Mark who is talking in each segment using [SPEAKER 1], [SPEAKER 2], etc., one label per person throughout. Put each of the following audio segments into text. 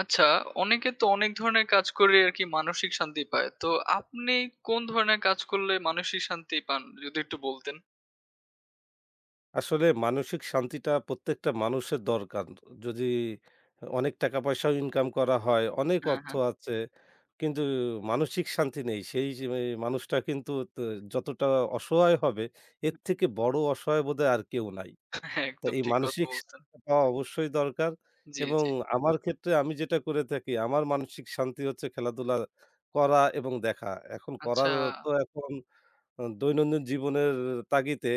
[SPEAKER 1] আচ্ছা, অনেকে তো অনেক ধরনের কাজ করে আরকি মানসিক শান্তি পায়। তো আপনি কোন ধরনের কাজ করলে মানসিক শান্তি পান? যদি একটু বলতেন।
[SPEAKER 2] আসলে মানসিক শান্তিটা প্রত্যেকটা মানুষের দরকার। যদি অনেক টাকা পয়সাও ইনকাম করা হয়, অনেক
[SPEAKER 1] হ্যাঁ,
[SPEAKER 2] অর্থ
[SPEAKER 1] হ্যাঁ।
[SPEAKER 2] আছে, কিন্তু মানসিক শান্তি নেই। সেই যে মানুষটা কিন্তু যতটা অসহায় হবে, এর থেকে বড় অসহায় বোধহয় আর কেউ নাই।
[SPEAKER 1] হ্যাঁ,
[SPEAKER 2] তো
[SPEAKER 1] একদম
[SPEAKER 2] এই
[SPEAKER 1] ঠিক কথা
[SPEAKER 2] মানসিক
[SPEAKER 1] বলছেন।
[SPEAKER 2] শান্তিটা পাওয়া অবশ্যই দরকার
[SPEAKER 1] জি,
[SPEAKER 2] এবং
[SPEAKER 1] জি।
[SPEAKER 2] আমার ক্ষেত্রে আমি যেটা করে থাকি, আমার মানসিক শান্তি হচ্ছে খেলাধুলা করা এবং দেখা। এখন
[SPEAKER 1] আচ্ছা।
[SPEAKER 2] করার তো এখন দৈনন্দিন জীবনের তাগিদে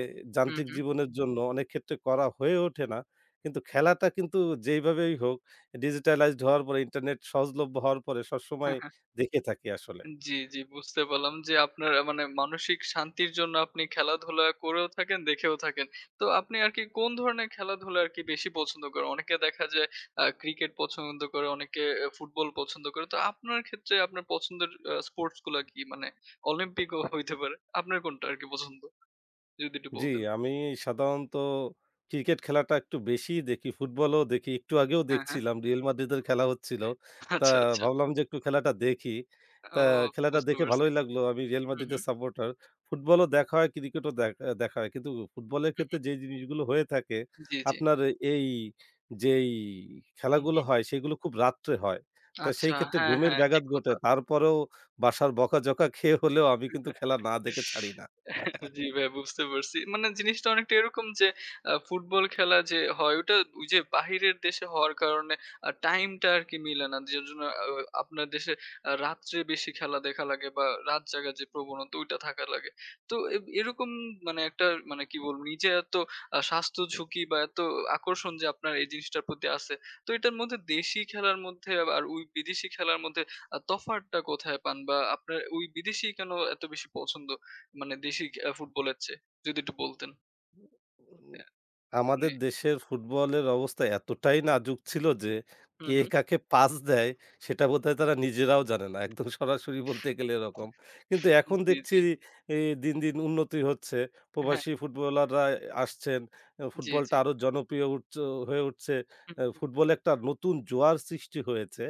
[SPEAKER 1] হুম,
[SPEAKER 2] যান্ত্রিক
[SPEAKER 1] হুম।
[SPEAKER 2] জীবনের জন্য অনেক ক্ষেত্রে করা হয়ে ওঠে না। কিন্তু খেলাটা কিন্তু যেইভাবেই হোক ডিজিটালাইজড হওয়ার পরে ইন্টারনেট সহজলভ্য হওয়ার পরে সবসময় দেখে থাকি আসলে।
[SPEAKER 1] জি, জি বুঝতে পারলাম যে আপনার মানে মানসিক শান্তির জন্য আপনি খেলাধুলা করেও থাকেন, দেখেও থাকেন। তো আপনি আরকি কোন ধরনের খেলাধুলা আরকি বেশি পছন্দ করেন? অনেকে দেখা যায় ক্রিকেট পছন্দ করে, অনেকে ফুটবল পছন্দ করে। তো আপনার ক্ষেত্রে আপনার পছন্দের স্পোর্টস গুলা কি? মানে অলিম্পিকও হইতে পারে। আপনার কোনটা আরকি পছন্দ? যদি একটু
[SPEAKER 2] জি,
[SPEAKER 1] বলতেন।
[SPEAKER 2] আমি সাধারণত ক্রিকেট খেলাটা একটু বেশিই দেখি। ফুটবলও দেখি। একটু আগেও
[SPEAKER 1] হ্যাঁ, হ্যাঁ।
[SPEAKER 2] দেখছিলাম। রিয়াল মাদ্রিদের খেলা হচ্ছিল। তা
[SPEAKER 1] আচ্ছা, আচ্ছা।
[SPEAKER 2] ভাবলাম যে একটু খেলাটা দেখি। তা
[SPEAKER 1] ও
[SPEAKER 2] খেলাটা
[SPEAKER 1] বুঝতে
[SPEAKER 2] দেখে
[SPEAKER 1] পারছি।
[SPEAKER 2] ভালোই লাগলো। আমি রিয়াল
[SPEAKER 1] হু, হু।
[SPEAKER 2] মাদ্রিদের সাপোর্টার। ফুটবলও দেখা হয়, ক্রিকেটও দেখা হয়। কিন্তু ফুটবলের
[SPEAKER 1] হু, হু।
[SPEAKER 2] ক্ষেত্রে যে জিনিসগুলো হয়ে থাকে,
[SPEAKER 1] জি, জি।
[SPEAKER 2] আপনার এই যেই
[SPEAKER 1] হু,
[SPEAKER 2] খেলাগুলো
[SPEAKER 1] হু।
[SPEAKER 2] হয় সেগুলো খুব রাত্রে হয়। তা
[SPEAKER 1] আচ্ছা।
[SPEAKER 2] সেই ক্ষেত্রে
[SPEAKER 1] হ্যাঁ,
[SPEAKER 2] ঘুমের
[SPEAKER 1] হ্যাঁ ঠিক
[SPEAKER 2] ব্যাঘাত ঘটে।
[SPEAKER 1] কথা।
[SPEAKER 2] তারপরেও বাসার বকাঝকা খেয়ে হলেও আমি কিন্তু খেলা না দেখে ছাড়ি না।
[SPEAKER 1] জি ভাই বুঝতে পারছি। মানে জিনিসটা অনেকটা এরকম যে ফুটবল খেলা যে হয় ওটা ওই যে বাহিরের দেশে হওয়ার কারণে টাইমটা আরকি মিলে না। যার জন্য আপনার দেশে রাত্রে বেশি খেলা দেখা লাগে বা রাত জাগার যে প্রবণতা ওইটা থাকা লাগে। তো এরকম মানে একটা মানে কি বলবো নিজে এত স্বাস্থ্য ঝুঁকি বা এত আকর্ষণ যে আপনার এই জিনিসটার প্রতি আছে। তো এটার মধ্যে দেশি খেলার মধ্যে আর ওই বিদেশি খেলার মধ্যে তফাৎটা কোথায় পান? বা আপনার ওই বিদেশি কেন এত বেশি পছন্দ? মানে দেশি ফুটবলের চেয়ে? যদি একটু বলতেন। অ্যা মানে
[SPEAKER 2] আমাদের দেশের ফুটবলের অবস্থা এতটাই নাজুক ছিল যে,
[SPEAKER 1] হুম,
[SPEAKER 2] কে
[SPEAKER 1] হুম।
[SPEAKER 2] কাকে পাস দেয় সেটা বোধহয় তারা নিজেরাও জানে না। একদম সরাসরি বলতে গেলে এরকম। কিন্তু এখন
[SPEAKER 1] জি,
[SPEAKER 2] দেখছি
[SPEAKER 1] জি।
[SPEAKER 2] এ দিন, দিন উন্নতি হচ্ছে।
[SPEAKER 1] হ্যাঁ,
[SPEAKER 2] প্রবাসী ফুটবলাররা আসছেন।
[SPEAKER 1] জি, জি।
[SPEAKER 2] ফুটবলটা আরো জনপ্রিয় হয়ে উঠছে।
[SPEAKER 1] হুম, হুম, হুম।
[SPEAKER 2] ফুটবলে একটা নতুন জোয়ার সৃষ্টি হয়েছে।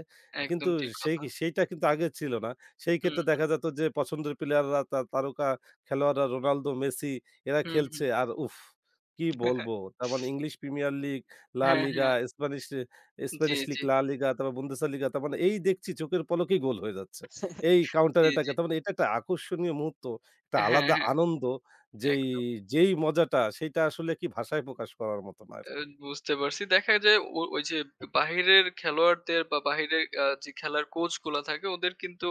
[SPEAKER 1] একদম
[SPEAKER 2] কিন্তু
[SPEAKER 1] ঠিক
[SPEAKER 2] সেই
[SPEAKER 1] কথা।
[SPEAKER 2] সেইটা কিন্তু আগে ছিল না। সেই ক্ষেত্রে
[SPEAKER 1] হুম,
[SPEAKER 2] দেখা যেত যে পছন্দের প্লেয়াররা তারকা খেলোয়াড়রা রোনালদো, মেসি এরা
[SPEAKER 1] হুম, হুম।
[SPEAKER 2] খেলছে আর উফ! কি
[SPEAKER 1] হুম,
[SPEAKER 2] বলবো? তার মানে ইংলিশ প্রিমিয়ার লীগ, লা
[SPEAKER 1] হ্যাঁ,
[SPEAKER 2] লিগা,
[SPEAKER 1] হ্যাঁ।
[SPEAKER 2] স্প্যানিশ লি
[SPEAKER 1] জি,
[SPEAKER 2] স্প্যানিশ লীগ,
[SPEAKER 1] জি।
[SPEAKER 2] লা লিগা, তারপর বুন্দেসলিগা তার মানে এই দেখছি চোখের পলকেই গোল হয়ে যাচ্ছে। এই কাউন্টার
[SPEAKER 1] জি, জি।
[SPEAKER 2] অ্যাটাকে তার মানে এটা একটা আকর্ষণীয় মুহূর্ত, একটা
[SPEAKER 1] হ্যাঁ,
[SPEAKER 2] আলাদা
[SPEAKER 1] হ্যাঁ।
[SPEAKER 2] আনন্দ যেই
[SPEAKER 1] একদম।
[SPEAKER 2] যেই মজাটা সেইটা আসলে কি ভাষায় প্রকাশ করার মতো না
[SPEAKER 1] আ
[SPEAKER 2] আরকি।
[SPEAKER 1] বুঝতে পারছি। দেখা যায় ওই যে বাহিরের খেলোয়াড়দের বা বাহিরের যে খেলার কোচ গুলা থাকে ওদের কিন্তু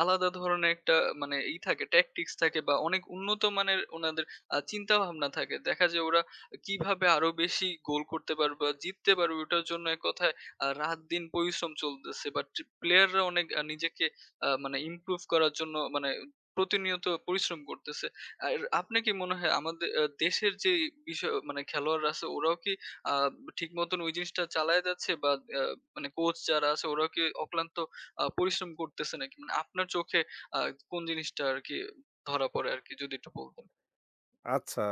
[SPEAKER 1] আলাদা ধরনের একটা মানে ই থাকে ট্যাকটিক্স থাকে বা অনেক উন্নত মানের উনাদের চিন্তাভাবনা থাকে। দেখা যায় ওরা কিভাবে আরো বেশি গোল করতে পারবে বা জিততে পারবে ওটার জন্য এক কথায় রাত-দিন পরিশ্রম চলতেছে। বাট প্লেয়াররা অনেক নিজেকে মানে ইমপ্রুভ করার জন্য মানে প্রতিনিয়ত পরিশ্রম করতেছে। আর আপনার কি মনে হয় আমাদের দেশের যে বিষয় মানে খেলোয়াড়রা আছে ওরাও কি আ ঠিক মতন ওই জিনিসটা চালায় যাচ্ছে বা আ মানে কোচ যারা আছে ওরাও কি অক্লান্ত পরিশ্রম করতেছে নাকি? মানে আপনার চোখে আ কোন জিনিসটা আরকি ধরা পড়ে আরকি যদি একটু বলতেন?
[SPEAKER 2] আচ্ছা,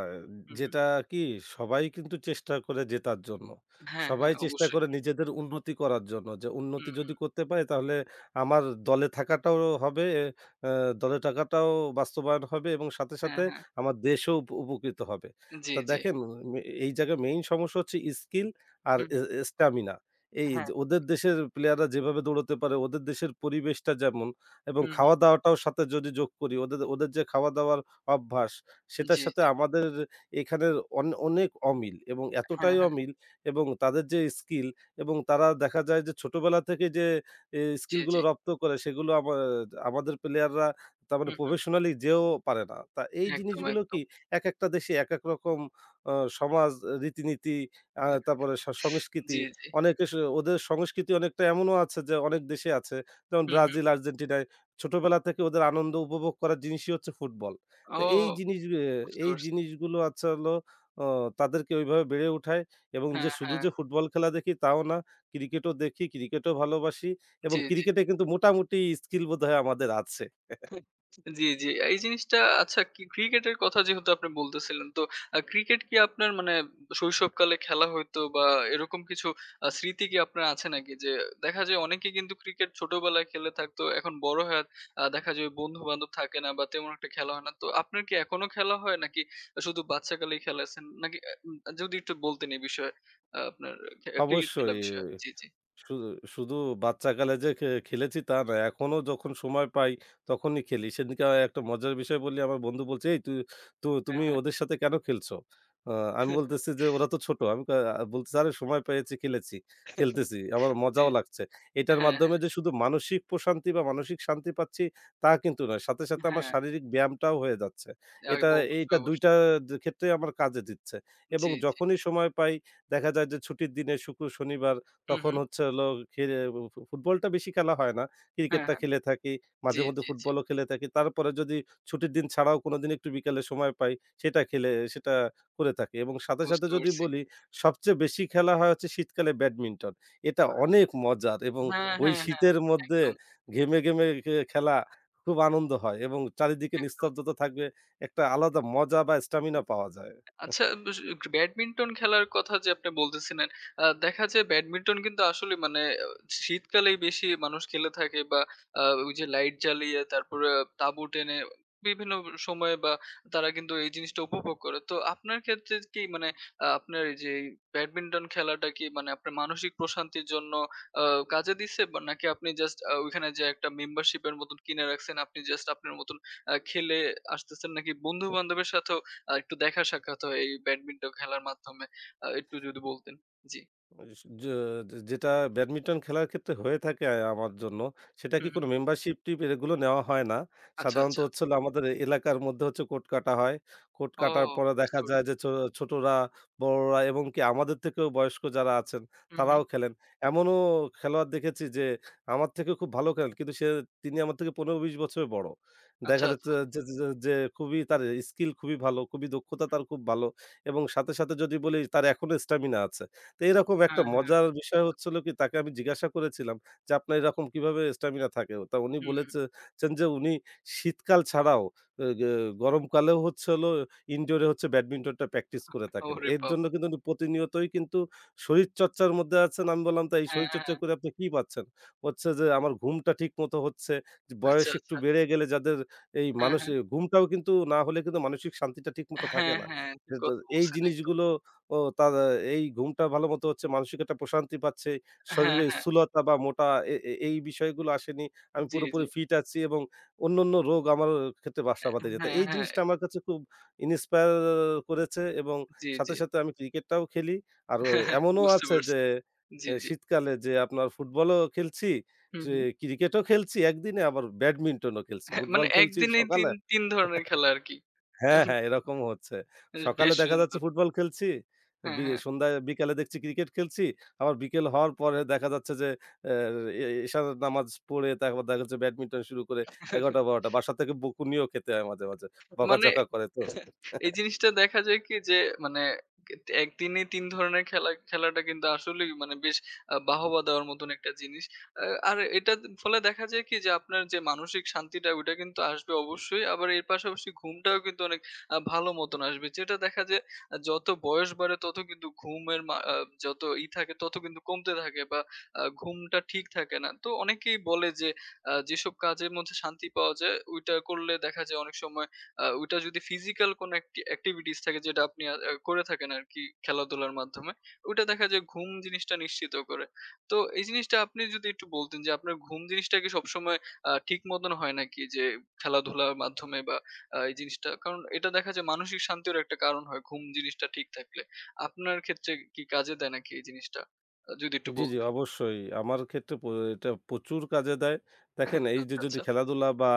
[SPEAKER 1] হুম, হুম।
[SPEAKER 2] যেটা কি সবাই কিন্তু চেষ্টা করে জেতার জন্য।
[SPEAKER 1] হ্যাঁ,
[SPEAKER 2] সবাই
[SPEAKER 1] হ্যাঁ
[SPEAKER 2] চেষ্টা
[SPEAKER 1] অবশ্যই।
[SPEAKER 2] করে নিজেদের উন্নতি করার জন্য। যে
[SPEAKER 1] হুম,
[SPEAKER 2] উন্নতি যদি
[SPEAKER 1] হুম।
[SPEAKER 2] করতে পারি তাহলে আমার দলে থাকাটাও হবে, আ দলে থাকাটাও বাস্তবায়ন হবে এবং সাথে,
[SPEAKER 1] হ্যাঁ,
[SPEAKER 2] সাথে
[SPEAKER 1] হ্যাঁ।
[SPEAKER 2] আমার দেশও উপকৃত হবে।
[SPEAKER 1] জি,
[SPEAKER 2] তা
[SPEAKER 1] জি।
[SPEAKER 2] দেখেন মে এই জায়গায় মেইন সমস্যা হচ্ছে স্কিল আর
[SPEAKER 1] হুম,
[SPEAKER 2] স্ট্যামিনা। এই
[SPEAKER 1] হ্যাঁ।
[SPEAKER 2] যে ওদের দেশের প্লেয়াররা যেভাবে দৌড়াতে পারে, ওদের দেশের পরিবেশটা যেমন এবং
[SPEAKER 1] হুম, হুম।
[SPEAKER 2] খাওয়া-দাওয়াটাও সাথে যদি যোগ করি, ওদের ওদের যে খাওয়া-দাওয়ার অভ্যাস সেটার
[SPEAKER 1] জি,
[SPEAKER 2] সাথে
[SPEAKER 1] জি।
[SPEAKER 2] আমাদের এখানের অনেক অমিল এবং
[SPEAKER 1] হ্যাঁ,
[SPEAKER 2] এতটাই
[SPEAKER 1] হ্যাঁ।
[SPEAKER 2] অমিল এবং তাদের যে স্কিল এবং তারা দেখা যায় যে ছোটবেলা থেকে যে
[SPEAKER 1] জি, জি।
[SPEAKER 2] স্কিলগুলো রপ্ত করে সেগুলো আমাদের প্লেয়াররা তার মানে
[SPEAKER 1] হুম, হুম।
[SPEAKER 2] প্রফেশনালি যেও পারে না। তা এই
[SPEAKER 1] একদম,
[SPEAKER 2] জিনিসগুলো
[SPEAKER 1] একদম।
[SPEAKER 2] কি একেকটা দেশে একেক রকম আ সমাজ, রীতিনীতি, তারপরে
[SPEAKER 1] জি,
[SPEAKER 2] সংস্কৃতি
[SPEAKER 1] জি।
[SPEAKER 2] অনেকে স ওদের সংস্কৃতি অনেকটা এমনও আছে যে অনেক দেশে আছে যেমন
[SPEAKER 1] হুম, হুম।
[SPEAKER 2] ব্রাজিল, আর্জেন্টিনায় ছোটবেলা থেকে ওদের আনন্দ উপভোগ করার জিনিসই হচ্ছে ফুটবল। তো এই
[SPEAKER 1] ও
[SPEAKER 2] জিনিস এ
[SPEAKER 1] বুঝতে
[SPEAKER 2] এই
[SPEAKER 1] পারছি।
[SPEAKER 2] জিনিসগুলো আচ্ছা হলো অ তাদেরকে ওইভাবে বেড়ে উঠায় এবং যে
[SPEAKER 1] হ্যাঁ,
[SPEAKER 2] শুধু
[SPEAKER 1] হ্যাঁ।
[SPEAKER 2] যে ফুটবল খেলা দেখি তাও না। ক্রিকেটও দেখি, ক্রিকেটও ভালোবাসি
[SPEAKER 1] জি,
[SPEAKER 2] এবং
[SPEAKER 1] জি।
[SPEAKER 2] ক্রিকেটে কিন্তু মোটামুটি স্কিল বোধহয় আমাদের আছে।
[SPEAKER 1] জি, জি। এই জিনিসটা আচ্ছা কি ক্রিকেটের কথা যেহেতু আপনি বলতেছিলেন, তো ক্রিকেট কি আপনার মানে শৈশবকালে খেলা হইতো বা এরকম কিছু স্মৃতি কি আপনার আছে নাকি? যে দেখা যায় অনেকে কিন্তু ক্রিকেট ছোটবেলায় খেলে থাকতো। এখন বড় হয়ে দেখা যায় বন্ধু-বান্ধব থাকে না বা তেমন একটা খেলা হয় না। তো আপনার কি এখনো খেলা হয় নাকি শুধু বাচ্চাকালেই খেলেছেন? নাকি যদি একটু বলতেন এই বিষয়ে আপনার ক্রিকেট খেলা
[SPEAKER 2] অবশ্যই।
[SPEAKER 1] বিষয়ে? জি, জি।
[SPEAKER 2] শু শুধু বাচ্চাকালে যে খেলেছি তা না। এখনো যখন সময় পাই তখনই খেলি। সেদিনকে একটা মজার বিষয় বলি, আমার বন্ধু বলছে, "এই তু তু
[SPEAKER 1] হ্যাঁ,
[SPEAKER 2] তুমি
[SPEAKER 1] হ্যাঁ।
[SPEAKER 2] ওদের সাথে কেন খেলছো?" আ আমি বলতেছি যে, "ওরা তো ছোট।" আমি কা আ বলতেছি, "আরে সময় পেয়েছি খেলেছি, খেলতেছি।
[SPEAKER 1] জি,
[SPEAKER 2] আমার
[SPEAKER 1] জি।
[SPEAKER 2] মজাও লাগছে।" এটার
[SPEAKER 1] হ্যাঁ,
[SPEAKER 2] মাধ্যমে যে শুধু মানসিক প্রশান্তি বা মানসিক শান্তি পাচ্ছি তা কিন্তু নয়। সাথে, সাথে আমার
[SPEAKER 1] হ্যাঁ।
[SPEAKER 2] শারীরিক ব্যায়ামটাও হয়ে যাচ্ছে।
[SPEAKER 1] হ্যাঁ,
[SPEAKER 2] এটা
[SPEAKER 1] অবশ্যই,
[SPEAKER 2] এইটা ২
[SPEAKER 1] অবশ্যই।
[SPEAKER 2] টা ক্ষেত্রেই আমার কাজে দিচ্ছে। এবং
[SPEAKER 1] জি, জি।
[SPEAKER 2] যখনই সময় পাই দেখা যায় যে ছুটির দিনে শুক্র, শনিবার
[SPEAKER 1] হু, হু।
[SPEAKER 2] তখন হচ্ছে হলো খেলে ফু ফুটবলটা বেশি খেলা হয় না। ক্রিকেটটা
[SPEAKER 1] হ্যাঁ।
[SPEAKER 2] খেলে থাকি।
[SPEAKER 1] জি,
[SPEAKER 2] মাঝেমধ্যে
[SPEAKER 1] জি, জি।
[SPEAKER 2] ফুটবলও খেলে থাকি। তারপরে যদি ছুটির দিন ছাড়াও কোনোদিন একটু বিকালে সময় পাই, সেটা খেলে সেটা করে থাকি এবং সাথে, সাথে
[SPEAKER 1] বুঝতে
[SPEAKER 2] যদি
[SPEAKER 1] পারছি।
[SPEAKER 2] বলি সবচেয়ে বেশি খেলা হয় হচ্ছে শীতকালে ব্যাডমিন্টন। এটা অনেক মজার এবং
[SPEAKER 1] হ্যাঁ,
[SPEAKER 2] ওই
[SPEAKER 1] হ্যাঁ, হ্যাঁ।
[SPEAKER 2] শীতের মধ্যে
[SPEAKER 1] একদম,
[SPEAKER 2] ঘেমে, ঘেমে খেলা খুব আনন্দ হয় এবং চারিদিকে
[SPEAKER 1] একদম।
[SPEAKER 2] নিস্তব্ধতা থাকবে। একটা আলাদা মজা বা স্ট্যামিনা পাওয়া যায়।
[SPEAKER 1] আচ্ছা বেশ ব্যাডমিন্টন খেলার কথা যে আপনি বলতেছিলেন, দেখা যায় ব্যাডমিন্টন কিন্তু আসলে মানে শীতকালেই বেশি মানুষ খেলে থাকে বা ওই যে লাইট জ্বালিয়ে তারপরে তাঁবু টেনে বিভিন্ন সময়ে বা তারা কিন্তু এই জিনিসটা উপভোগ করে। তো আপনার ক্ষেত্রে কি মানে আপনার এই যে এই ব্যাডমিন্টন খেলাটা কি মানে আপনার মানসিক প্রশান্তির জন্য আ কাজে দিছে বা নাকি আপনি জাস্ট ওইখানে যে একটা মেম্বারশিপ এর মতন কিনে রাখছেন, আপনি জাস্ট আপনার মতন খেলে আসতেছেন নাকি বন্ধু-বান্ধবের সাথেও একটু দেখা সাক্ষাৎ হয় এই ব্যাডমিন্টন খেলার মাধ্যমে। একটু যদি বলতেন? জি।
[SPEAKER 2] যে যেটা ব্যাডমিন্টন খেলার ক্ষেত্রে হয়ে থাকে আমার জন্য, সেটা
[SPEAKER 1] হুম,
[SPEAKER 2] কি
[SPEAKER 1] হুম।
[SPEAKER 2] কোনো মেম্বারশিপ টিপ এগুলো নেওয়া হয় না।
[SPEAKER 1] আচ্ছা,
[SPEAKER 2] সাধারণত
[SPEAKER 1] আচ্ছা।
[SPEAKER 2] হচ্ছে হলো আমাদের এলাকার মধ্যে হচ্ছে কোর্ট কাটা হয়। কোর্ট
[SPEAKER 1] ও
[SPEAKER 2] কাটার পরে
[SPEAKER 1] বুঝতে
[SPEAKER 2] দেখা যায়
[SPEAKER 1] পারছি।
[SPEAKER 2] যে ছোটরা, বড়রা এবং কি আমাদের থেকেও বয়স্ক যারা আছেন
[SPEAKER 1] হুম, হুম।
[SPEAKER 2] তারাও খেলেন। এমনও খেলোয়াড় দেখেছি যে আমার থেকেও খুব ভালো খেলেন। কিন্তু তিনি আমার থেকে ১৫-২০ বছরের বড়।
[SPEAKER 1] আচ্ছা,
[SPEAKER 2] দেখা
[SPEAKER 1] আচ্ছা।
[SPEAKER 2] যাচ্ছে যে যে যে যে খুবই তার স্কিল খুবই ভালো, খুবই দক্ষতা
[SPEAKER 1] হুম।
[SPEAKER 2] তার খুব ভালো এবং সাথে, সাথে যদি বলি তার এখনো স্ট্যামিনা আছে। তো এরকম একটা
[SPEAKER 1] হ্যাঁ, হ্যাঁ, হ্যাঁ।
[SPEAKER 2] মজার বিষয়
[SPEAKER 1] একদম।
[SPEAKER 2] হচ্ছিল কি তাকে আমি জিজ্ঞাসা করেছিলাম যে, "আপনার এরকম কিভাবে স্ট্যামিনা থাকে?" তা উনি
[SPEAKER 1] হুম, হুম।
[SPEAKER 2] বলেছেন যে উনি শীতকাল ছাড়াও এ গে গরমকালেও হচ্ছে হলো ইনডোরে হচ্ছে ব্যাডমিন্টনটা প্র্যাকটিস করে থাকেন।
[SPEAKER 1] ওরে
[SPEAKER 2] এর জন্য
[SPEAKER 1] বাবা!
[SPEAKER 2] কিন্তু উনি প্রতিনিয়তই কিন্তু শরীরচর্চার মধ্যে আছেন। আমি বললাম, "তা এই
[SPEAKER 1] হ্যাঁ, হ্যাঁ।
[SPEAKER 2] শরীরচর্চা
[SPEAKER 1] হ্যাঁ।
[SPEAKER 2] করে আপনি কি পাচ্ছেন?" হচ্ছে যে, "আমার ঘুমটা ঠিকমতো হচ্ছে। যে
[SPEAKER 1] আচ্ছা,
[SPEAKER 2] বয়স একটু
[SPEAKER 1] আচ্ছা।
[SPEAKER 2] বেড়ে গেলে যাদের এই
[SPEAKER 1] হ্যাঁ, হ্যাঁ।
[SPEAKER 2] ঘুমটাও কিন্তু না হলে কিন্তু মানসিক শান্তিটা ঠিকমতো থাকে
[SPEAKER 1] হ্যাঁ,
[SPEAKER 2] না।"
[SPEAKER 1] হ্যাঁ। ঠিক
[SPEAKER 2] যে তো
[SPEAKER 1] কথা
[SPEAKER 2] এই
[SPEAKER 1] বলছেন একদম।
[SPEAKER 2] জিনিসগুলো ও তার এই ঘুমটা ভালোমতো হচ্ছে, মানসিক একটা প্রশান্তি পাচ্ছে।
[SPEAKER 1] হ্যাঁ,
[SPEAKER 2] শরীরে
[SPEAKER 1] হ্যাঁ।
[SPEAKER 2] স্থূলতা বা মোটা এ এ এই বিষয়গুলো আসেনি। আমি
[SPEAKER 1] জি, জি।
[SPEAKER 2] পুরোপুরি ফিট আছি এবং অন্যান্য রোগ আমার ক্ষেত্রে বাসা বাঁধেনি। তো
[SPEAKER 1] হ্যাঁ,
[SPEAKER 2] এই
[SPEAKER 1] হ্যাঁ।
[SPEAKER 2] জিনিসটা আমার কাছে খুব ইন্সপায়ার করেছে এবং
[SPEAKER 1] জি, জি।
[SPEAKER 2] সাথে, সাথে আমি ক্রিকেটটাও খেলি। আর এমনও
[SPEAKER 1] বুঝতে
[SPEAKER 2] আছে যে
[SPEAKER 1] পারছি। জি, জি।
[SPEAKER 2] শীতকালে যে আপনার ফুটবলও খেলছি,
[SPEAKER 1] হুম,
[SPEAKER 2] যে
[SPEAKER 1] হুম।
[SPEAKER 2] ক্রিকেটও খেলছি একদিনে আবার ব্যাডমিন্টনও খেলছি।
[SPEAKER 1] হ্যাঁ, মানে
[SPEAKER 2] ফুটবল খেলছি
[SPEAKER 1] একদিনেই ৩,
[SPEAKER 2] সকালে।
[SPEAKER 1] ৩ ধরনের খেলা আরকি।
[SPEAKER 2] হ্যাঁ, হ্যাঁ, এরকমও হচ্ছে। সকালে
[SPEAKER 1] বেশ
[SPEAKER 2] দেখা যাচ্ছে
[SPEAKER 1] সুন্দর।
[SPEAKER 2] ফুটবল খেলছি,
[SPEAKER 1] হ্যাঁ, হ্যাঁ।
[SPEAKER 2] সন্ধ্যায় বিকালে দেখছি ক্রিকেট খেলছি। আবার বিকেল হওয়ার পরে দেখা যাচ্ছে যে অ্যা এ এশার নামাজ পড়ে তারপর দেখা যাচ্ছে ব্যাডমিন্টন শুরু করে ১১:০০-১২:০০ বাসা থেকে বকুনিও খেতে হয় মাঝে, মাঝে।
[SPEAKER 1] মানে
[SPEAKER 2] বকাঝকা করে তো।
[SPEAKER 1] এই জিনিসটা দেখা যায় কি যে মানে একদিনে ৩ ধরনের খেলা খেলাটা কিন্তু আসলেই মানে বেশ বাহবা দেওয়ার মতন একটা জিনিস। আর এটার ফলে দেখা যায় কি যে আপনার যে মানসিক শান্তিটা ওইটা কিন্তু আসবে অবশ্যই। আবার এর পাশাপাশি ঘুমটাও কিন্তু অনেক ভালো মতন আসবে। যেটা দেখা যায় যত বয়স বাড়ে তত কিন্তু ঘুমের মা আ যত ই থাকে তত কিন্তু কমতে থাকে বা ঘুমটা ঠিক থাকে না। তো অনেকেই বলে যে যেসব কাজের মধ্যে শান্তি পাওয়া যায় ওইটা করলে দেখা যায় অনেক সময় ওটা যদি ফিজিক্যাল কোনো একটি activities থাকে যেটা আপনি করে থাকেন আরকি খেলাধুলার মাধ্যমে, ওটা দেখা যায় ঘুম জিনিসটা নিশ্চিত করে। তো এই জিনিসটা আপনি যদি একটু বলতেন যে আপনার ঘুম জিনিসটা কি সবসময় ঠিক মতন হয় নাকি? যে খেলাধুলার মাধ্যমে বা এই জিনিসটা? কারণ এটা দেখা যায় মানসিক শান্তিরও একটা কারণ হয় ঘুম জিনিসটা ঠিক থাকলে। আপনার ক্ষেত্রে কি কাজে দেয় নাকি এই জিনিসটা? যদি একটু
[SPEAKER 2] জি, জি,
[SPEAKER 1] বলতেন।
[SPEAKER 2] অবশ্যই। আমার ক্ষেত্রে এটা প্রচুর কাজে দেয়। দেখেন এই যে
[SPEAKER 1] আচ্ছা,
[SPEAKER 2] যদি
[SPEAKER 1] আচ্ছা।
[SPEAKER 2] খেলাধুলা বা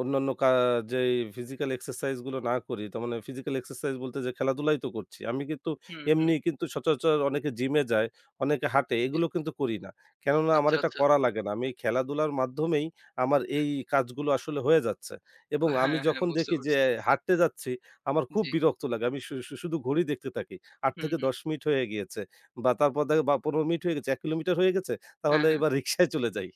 [SPEAKER 2] অন্যান্য যেই ফিজিক্যাল এক্সারসাইজ গুলো না করি, তার মানে ফিজিক্যাল এক্সারসাইজ বলতে যে খেলাধুলাই তো করছি। আমি কিন্তু
[SPEAKER 1] হুম, হুম।
[SPEAKER 2] এমনি কিন্তু সচরাচর অনেকে জিমে যায়, অনেকে হাঁটে,
[SPEAKER 1] জি।
[SPEAKER 2] এগুলো কিন্তু করি না। কেননা আমার
[SPEAKER 1] আচ্ছা,
[SPEAKER 2] এটা
[SPEAKER 1] আচ্ছা।
[SPEAKER 2] করা লাগে না। আমি এই খেলাধুলার মাধ্যমেই আমার এই কাজগুলো আসলে হয়ে যাচ্ছে। এবং আমি
[SPEAKER 1] হ্যাঁ, হ্যাঁ
[SPEAKER 2] যখন
[SPEAKER 1] বুঝতে
[SPEAKER 2] দেখি যে
[SPEAKER 1] পারছি।
[SPEAKER 2] হাঁটতে যাচ্ছি, আমার খুব
[SPEAKER 1] জি।
[SPEAKER 2] বিরক্ত লাগে। আমি শু শু শুধু ঘড়ি দেখতে থাকি। ৮
[SPEAKER 1] হুম,
[SPEAKER 2] থেকে
[SPEAKER 1] হুম।
[SPEAKER 2] ১০ মিনিট হয়ে গিয়েছে। বা তারপর দেখো বা ১৫ মিনিট হয়ে গেছে, ১ কিলোমিটার হয়ে গেছে,
[SPEAKER 1] হ্যাঁ,
[SPEAKER 2] তাহলে
[SPEAKER 1] হ্যাঁ।
[SPEAKER 2] এবার রিক্সায় চলে যাই।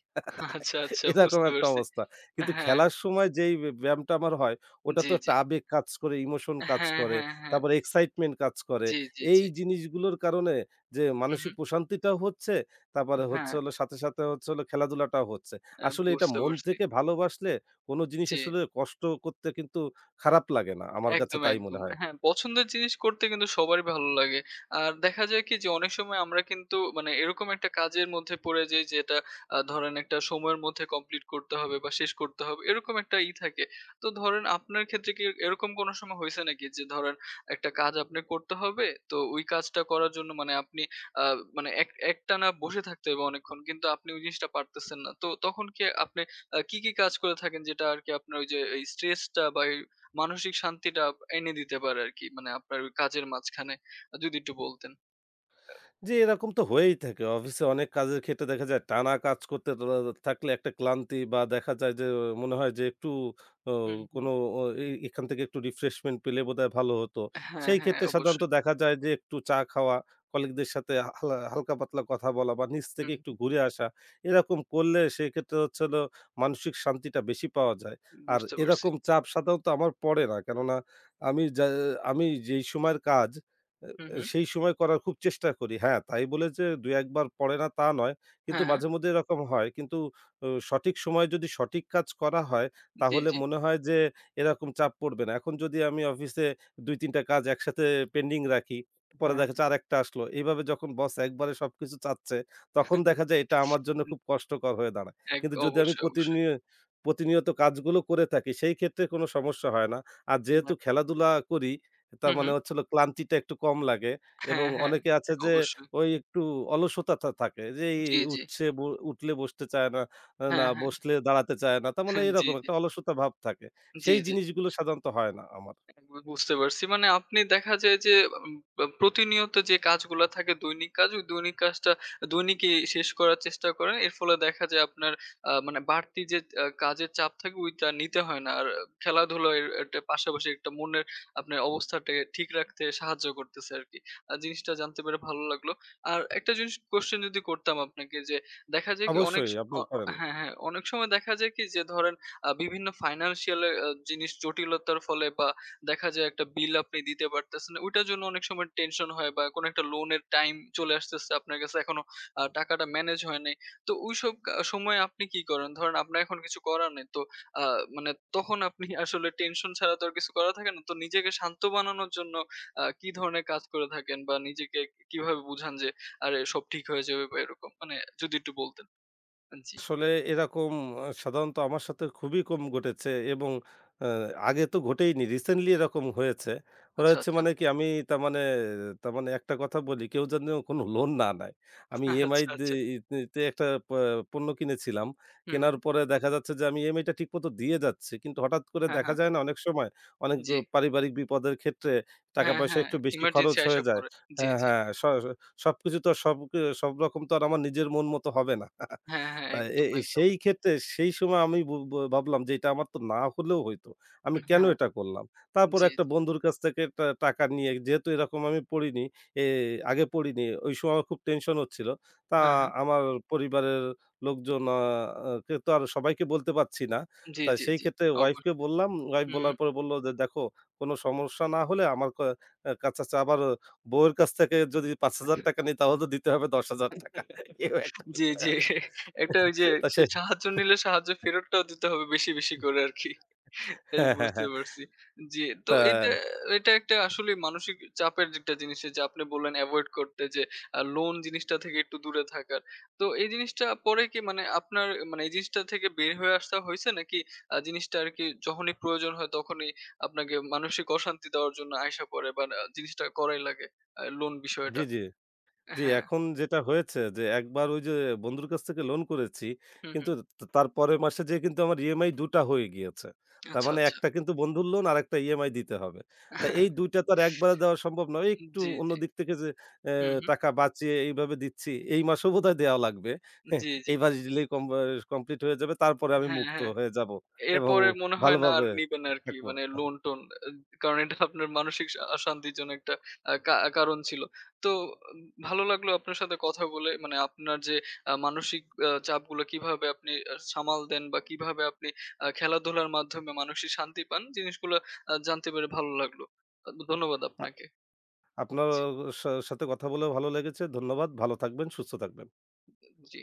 [SPEAKER 1] আচ্ছা, আচ্ছা
[SPEAKER 2] এরকম
[SPEAKER 1] বুঝতে
[SPEAKER 2] একটা
[SPEAKER 1] পারছি।
[SPEAKER 2] অবস্থা। কিন্তু
[SPEAKER 1] হ্যাঁ,
[SPEAKER 2] খেলার সময় যেই ব্যায়ামটা আমার হয়, ওটা
[SPEAKER 1] জি,
[SPEAKER 2] তো
[SPEAKER 1] জি।
[SPEAKER 2] একটা আবেগ কাজ করে, ইমোশন কাজ
[SPEAKER 1] হ্যাঁ,
[SPEAKER 2] করে,
[SPEAKER 1] হ্যাঁ, হ্যাঁ।
[SPEAKER 2] তারপরে এক্সাইটমেন্ট কাজ করে।
[SPEAKER 1] জি, জি,
[SPEAKER 2] এই
[SPEAKER 1] জি।
[SPEAKER 2] জিনিসগুলোর কারণে যে
[SPEAKER 1] হু, হু।
[SPEAKER 2] মানসিক প্রশান্তিটাও হচ্ছে, তারপরে
[SPEAKER 1] হ্যাঁ,
[SPEAKER 2] হচ্ছে হলো সাথে, সাথে হচ্ছে হলো খেলাধুলাটাও হচ্ছে। আসলে এটা
[SPEAKER 1] বুঝতে
[SPEAKER 2] মন
[SPEAKER 1] পারছি।
[SPEAKER 2] থেকে ভালোবাসলে কোনো জিনিস
[SPEAKER 1] জি।
[SPEAKER 2] আসলে কষ্ট করতে কিন্তু খারাপ লাগে না। আমার কাছে
[SPEAKER 1] একদম,
[SPEAKER 2] তাই
[SPEAKER 1] একদম।
[SPEAKER 2] মনে হয়।
[SPEAKER 1] হ্যাঁ, পছন্দের জিনিস করতে কিন্তু সবারই ভালো লাগে। আর দেখা যায় কি যে অনেক সময় আমরা কিন্তু মানে এরকম একটা কাজের মধ্যে পড়ে যাই যেটা ধরেন একটা সময়ের মধ্যে কমপ্লিট করতে হবে বা শেষ করতে হবে। এরকম একটা ই থাকে। তো ধরেন আপনার ক্ষেত্রে কি এরকম কোনো সময় হইছে নাকি যে ধরেন একটা কাজ আপনি করতে হবে। তো ওই কাজটা করার জন্য মানে আপনি আ মানে একটানা বসে থাকতে হবে অনেকক্ষণ। কিন্তু আপনি ওই জিনিসটা পারতেছেন না। তো তখন কি আপনি কি কাজ করে থাকেন যেটা আরকি আপনার ওই যে এই স্ট্রেসটা বা এই মানসিক শান্তিটা এনে দিতে পারে আরকি। মানে আপনার ওই কাজের মাঝখানে যদি একটু বলতেন।
[SPEAKER 2] জি, এরকম তো হয়েই থাকে। অফিসে অনেক কাজের ক্ষেত্রে দেখা যায় টানা কাজ করতে থাকলে একটা ক্লান্তি বা দেখা যায় যে মনে হয় যে একটু ও
[SPEAKER 1] হুম, হুম।
[SPEAKER 2] কোনো ও এ এখান থেকে একটু রিফ্রেশমেন্ট পেলে বোধহয় ভালো হতো।
[SPEAKER 1] হ্যাঁ,
[SPEAKER 2] সেই
[SPEAKER 1] হ্যাঁ,
[SPEAKER 2] ক্ষেত্রে সাধারণত
[SPEAKER 1] অবশ্যই।
[SPEAKER 2] দেখা যায় যে একটু চা খাওয়া, কলিগদের সাথে হালকা পাতলা কথা বলা বা নিজ থেকে
[SPEAKER 1] হুম,
[SPEAKER 2] একটু
[SPEAKER 1] হুম।
[SPEAKER 2] ঘুরে আসা। এরকম করলে সেক্ষেত্রে হচ্ছে হলো মানসিক শান্তিটা বেশি পাওয়া যায়। আর
[SPEAKER 1] বুঝতে পারছি।
[SPEAKER 2] এরকম চাপ সাধারণত আমার পড়ে না। কেননা আমি যা আমি যেই সময়ের কাজ
[SPEAKER 1] হুম, হুম।
[SPEAKER 2] সেই সময় করার খুব চেষ্টা করি। হ্যাঁ, তাই বলে যে ২-১ বার পড়ে না তা নয়। কিন্তু
[SPEAKER 1] হ্যাঁ, হ্যাঁ।
[SPEAKER 2] মাঝেমধ্যে এরকম হয়। কিন্তু সঠিক সময়ে যদি সঠিক কাজ করা হয়
[SPEAKER 1] জি,
[SPEAKER 2] তাহলে
[SPEAKER 1] জি।
[SPEAKER 2] মনে হয় যে এরকম চাপ পড়বে না। এখন যদি আমি অফিসে ২-৩ টা কাজ একসাথে পেন্ডিং রাখি, পরে
[SPEAKER 1] হ্যাঁ।
[SPEAKER 2] দেখা যাচ্ছে আরেকটা আসলো। এইভাবে যখন বস একবারে সবকিছু চাচ্ছে তখন দেখা যায় এটা আমার জন্য খুব কষ্টকর হয়ে দাঁড়ায়। কিন্তু যদি আমি
[SPEAKER 1] অবশ্যই, অবশ্যই।
[SPEAKER 2] প্রতিনিয়ত কাজগুলো করে থাকি সেই ক্ষেত্রে কোনো সমস্যা হয় না। আর যেহেতু
[SPEAKER 1] হ্যাঁ।
[SPEAKER 2] খেলাধুলা করি তার
[SPEAKER 1] হুম,
[SPEAKER 2] মানে
[SPEAKER 1] হুম।
[SPEAKER 2] হচ্ছে হলো ক্লান্তিটা একটু কম লাগে এবং
[SPEAKER 1] হ্যাঁ, হ্যাঁ।
[SPEAKER 2] অনেকে আছে যে
[SPEAKER 1] অবশ্যই।
[SPEAKER 2] ওই একটু অলসতা থাকে। যে এই
[SPEAKER 1] জি, জি।
[SPEAKER 2] উঠছে ব উঠলে বসতে চায় না, না
[SPEAKER 1] হ্যাঁ, হ্যাঁ।
[SPEAKER 2] বসলে দাঁড়াতে চায় না। তার মানে
[SPEAKER 1] জি,
[SPEAKER 2] এরকম
[SPEAKER 1] জি।
[SPEAKER 2] একটা অলসতা ভাব থাকে।
[SPEAKER 1] জি,
[SPEAKER 2] সেই
[SPEAKER 1] জি।
[SPEAKER 2] জিনিসগুলো সাধারণত হয় না আমার।
[SPEAKER 1] একদম বুঝতে পারছি। মানে আপনি দেখা যায় যে উম প্রতিনিয়ত যে কাজগুলা থাকে দৈনিক কাজ, ওই দৈনিক কাজটা দৈনিকই শেষ করার চেষ্টা করেন। এর ফলে দেখা যায় আপনার মানে বাড়তি যে কাজের চাপ থাকে ওইটা নিতে হয় না। আর খেলাধুলা এর একটা পাশাপাশি একটা মনের আপনার অবস্থাটাকে ঠিক রাখতে সাহায্য করতেছে আরকি। জিনিসটা জানতে পেরে ভালো লাগলো। আর একটা জিনিস কোয়েশ্চেন যদি করতাম আপনাকে যে দেখা যায় কি অনেক
[SPEAKER 2] অবশ্যই আপনিও করেন।
[SPEAKER 1] হ্যাঁ, হ্যাঁ। অনেক সময় দেখা যায় কি যে ধরেন বিভিন্ন ফাইন্যান্সিয়াল এর জিনিস জটিলতার ফলে বা দেখা যায় একটা বিল আপনি দিতে পারতেছেন না। ওইটার জন্য অনেক সময় টেনশন হয় বা কোনো একটা লোনের টাইম চলে আসতেছে আপনার কাছে এখনো টাকাটা ম্যানেজ হয় নাই। তো ওইসব সময় আপনি কি করেন? ধরেন আপনার এখন কিছু করার নেই তো মানে তখন আপনি আসলে টেনশন ছাড়া তো আর কিছু করা থাকে না। তো নিজেকে শান্ত বানানোর জন্য কি ধরনের কাজ করে থাকেন বা নিজেকে কিভাবে বুঝান যে আরে সব ঠিক হয়ে যাবে বা এরকম মানে যদি একটু বলতেন। জি
[SPEAKER 2] আসলে এরকম সাধারণত আমার সাথে খুবই কম ঘটেছে এবং আ আগে তো ঘটেইনি। রিসেন্টলি এরকম হয়েছে।
[SPEAKER 1] আচ্ছা
[SPEAKER 2] হয়েছে
[SPEAKER 1] আচ্ছা
[SPEAKER 2] মানে কি আমি তার মানে একটা কথা বলি, কেউ যেন কোনো লোন না নেয়। আমি ইএমআই
[SPEAKER 1] আচ্ছা
[SPEAKER 2] দে
[SPEAKER 1] আচ্ছা
[SPEAKER 2] তে তে একটা পণ্য কিনেছিলাম।
[SPEAKER 1] হুম
[SPEAKER 2] কেনার
[SPEAKER 1] হুম
[SPEAKER 2] পরে দেখা যাচ্ছে যে আমি ইএমআইটা ঠিকমতো দিয়ে যাচ্ছি। কিন্তু হঠাৎ করে
[SPEAKER 1] হ্যাঁ
[SPEAKER 2] দেখা
[SPEAKER 1] হ্যাঁ
[SPEAKER 2] যায় না অনেক সময় অনেক
[SPEAKER 1] জি
[SPEAKER 2] পারিবারিক বিপদের ক্ষেত্রে
[SPEAKER 1] হ্যাঁ
[SPEAKER 2] টাকা-পয়সা
[SPEAKER 1] হ্যাঁ
[SPEAKER 2] একটু বেশি
[SPEAKER 1] ইমার্জেন্সি
[SPEAKER 2] খরচ
[SPEAKER 1] আসা
[SPEAKER 2] হয়ে যায়।
[SPEAKER 1] পরে জি
[SPEAKER 2] হ্যাঁ,
[SPEAKER 1] জি
[SPEAKER 2] হ্যাঁ। সবকিছু তো আর সব সব রকম তো আর আমার নিজের মন মতো হবে না।
[SPEAKER 1] হ্যাঁ, হ্যাঁ।
[SPEAKER 2] তা এ
[SPEAKER 1] একদম,
[SPEAKER 2] এ
[SPEAKER 1] একদম।
[SPEAKER 2] সেই ক্ষেত্রে সেই সময় আমি ব ব ভাবলাম যে এটা আমার তো না হলেও হইতো। আমি কেন
[SPEAKER 1] হ্যাঁ,
[SPEAKER 2] এটা করলাম? তারপরে
[SPEAKER 1] জি,
[SPEAKER 2] একটা
[SPEAKER 1] জি।
[SPEAKER 2] বন্ধুর কাছ থেকে টাকা নিয়ে যেহেতু এরকম আমি পড়িনি, এ আগে পড়িনি। ওই সময় আমার খুব টেনশন হচ্ছিল। তা
[SPEAKER 1] হ্যাঁ, হ্যাঁ।
[SPEAKER 2] আমার পরিবারের লোকজন কে তো আর সবাইকে বলতে পারছি না।
[SPEAKER 1] জি,
[SPEAKER 2] তা
[SPEAKER 1] জি,
[SPEAKER 2] সেই
[SPEAKER 1] জি।
[SPEAKER 2] ক্ষেত্রে
[SPEAKER 1] অবশ্যই।
[SPEAKER 2] ওয়াইফকে বললাম। ওয়াইফ
[SPEAKER 1] হু,
[SPEAKER 2] বলার পরে বলল যে, "দেখো কোনো সমস্যা না হলে আমার ক আ কাছে আছে আবার বউয়ের কাছ থেকে যদি ৳৫,০০০ নিই তাহলে তো দিতে হবে ৳১০,০০০।"
[SPEAKER 1] হু।
[SPEAKER 2] এও একটা
[SPEAKER 1] জি,
[SPEAKER 2] বিষয়
[SPEAKER 1] জি।
[SPEAKER 2] আছে।
[SPEAKER 1] একটা ওই যে
[SPEAKER 2] তা সে
[SPEAKER 1] সাহায্য নিলে সাহায্য ফেরতটাও দিতে হবে বেশি, বেশি করে আরকি। এই
[SPEAKER 2] হ্যাঁ, হ্যাঁ,
[SPEAKER 1] বুঝতে
[SPEAKER 2] হ্যাঁ।
[SPEAKER 1] পারছি। জি, তো
[SPEAKER 2] তা
[SPEAKER 1] এটা এটা একটা আসলে মানসিক চাপের একটা জিনিস যে আপনি বললেন এভয়েড করতে যে লোন জিনিসটা থেকে একটু দূরে থাকার। তো এই জিনিসটা পরে কি মানে আপনার মানে এই জিনিসটা থেকে বের হয়ে আসতে হইছে নাকি জিনিসটা আরকি যখনই প্রয়োজন হয় তখনই আপনাকে মানসিক অশান্তি দেওয়ার জন্য আইসা পড়ে বা জিনিসটা করাই লাগে লোন
[SPEAKER 2] জি,
[SPEAKER 1] বিষয়টা?
[SPEAKER 2] জি, জি,
[SPEAKER 1] হ্যাঁ।
[SPEAKER 2] এখন যেটা হয়েছে যে একবার ওই যে বন্ধুর কাছ থেকে লোন করেছি
[SPEAKER 1] হুম,
[SPEAKER 2] কিন্তু
[SPEAKER 1] হুম।
[SPEAKER 2] তার পরের মাসে যেয়ে কিন্তু আমার ইএমআই ২ টা হয়ে গিয়েছে। তার
[SPEAKER 1] আচ্ছা,
[SPEAKER 2] মানে
[SPEAKER 1] আচ্ছা।
[SPEAKER 2] একটা কিন্তু বন্ধুর লোন আরেকটা ইএমআই দিতে হবে। তা এই ২ টা তো আর একবারে দেওয়া সম্ভব নয়।
[SPEAKER 1] জি,
[SPEAKER 2] একটু অন্য
[SPEAKER 1] জি।
[SPEAKER 2] দিক থেকে যে অ্যা
[SPEAKER 1] হুম, হুম।
[SPEAKER 2] টাকা বাঁচিয়ে এইভাবে দিচ্ছি, এই মাসেও বোধহয় দেওয়া লাগবে। হ্যাঁ,
[SPEAKER 1] জি, জি।
[SPEAKER 2] এই মাস দিলেই কম আ কমপ্লিট হয়ে যাবে। তারপরে আমি
[SPEAKER 1] হ্যাঁ,
[SPEAKER 2] মুক্ত
[SPEAKER 1] হ্যাঁ।
[SPEAKER 2] হয়ে যাব এবং
[SPEAKER 1] এরপরে মনে হয় না আর
[SPEAKER 2] ভালোভাবে
[SPEAKER 1] নিবেন আরকি।
[SPEAKER 2] থাকবো।
[SPEAKER 1] মানে লোন-টোন। আ কারণ এটা আপনার মানসিক শান্তির জন্য একটা আ কা কারণ ছিল। তো উম, ভালো লাগলো আপনার সাথে কথা বলে। মানে আপনার যে মানসিক চাপগুলো কিভাবে আপনি সামাল দেন বা কিভাবে আপনি খেলাধুলার মাধ্যমে মানসিক শান্তি পান, জিনিসগুলো জানতে পেরে ভালো লাগলো। ধন্যবাদ আপনাকে।
[SPEAKER 2] আপনার
[SPEAKER 1] জি,
[SPEAKER 2] সাথে কথা বলেও ভালো লেগেছে। ধন্যবাদ। ভালো থাকবেন, সুস্থ থাকবেন।
[SPEAKER 1] জি।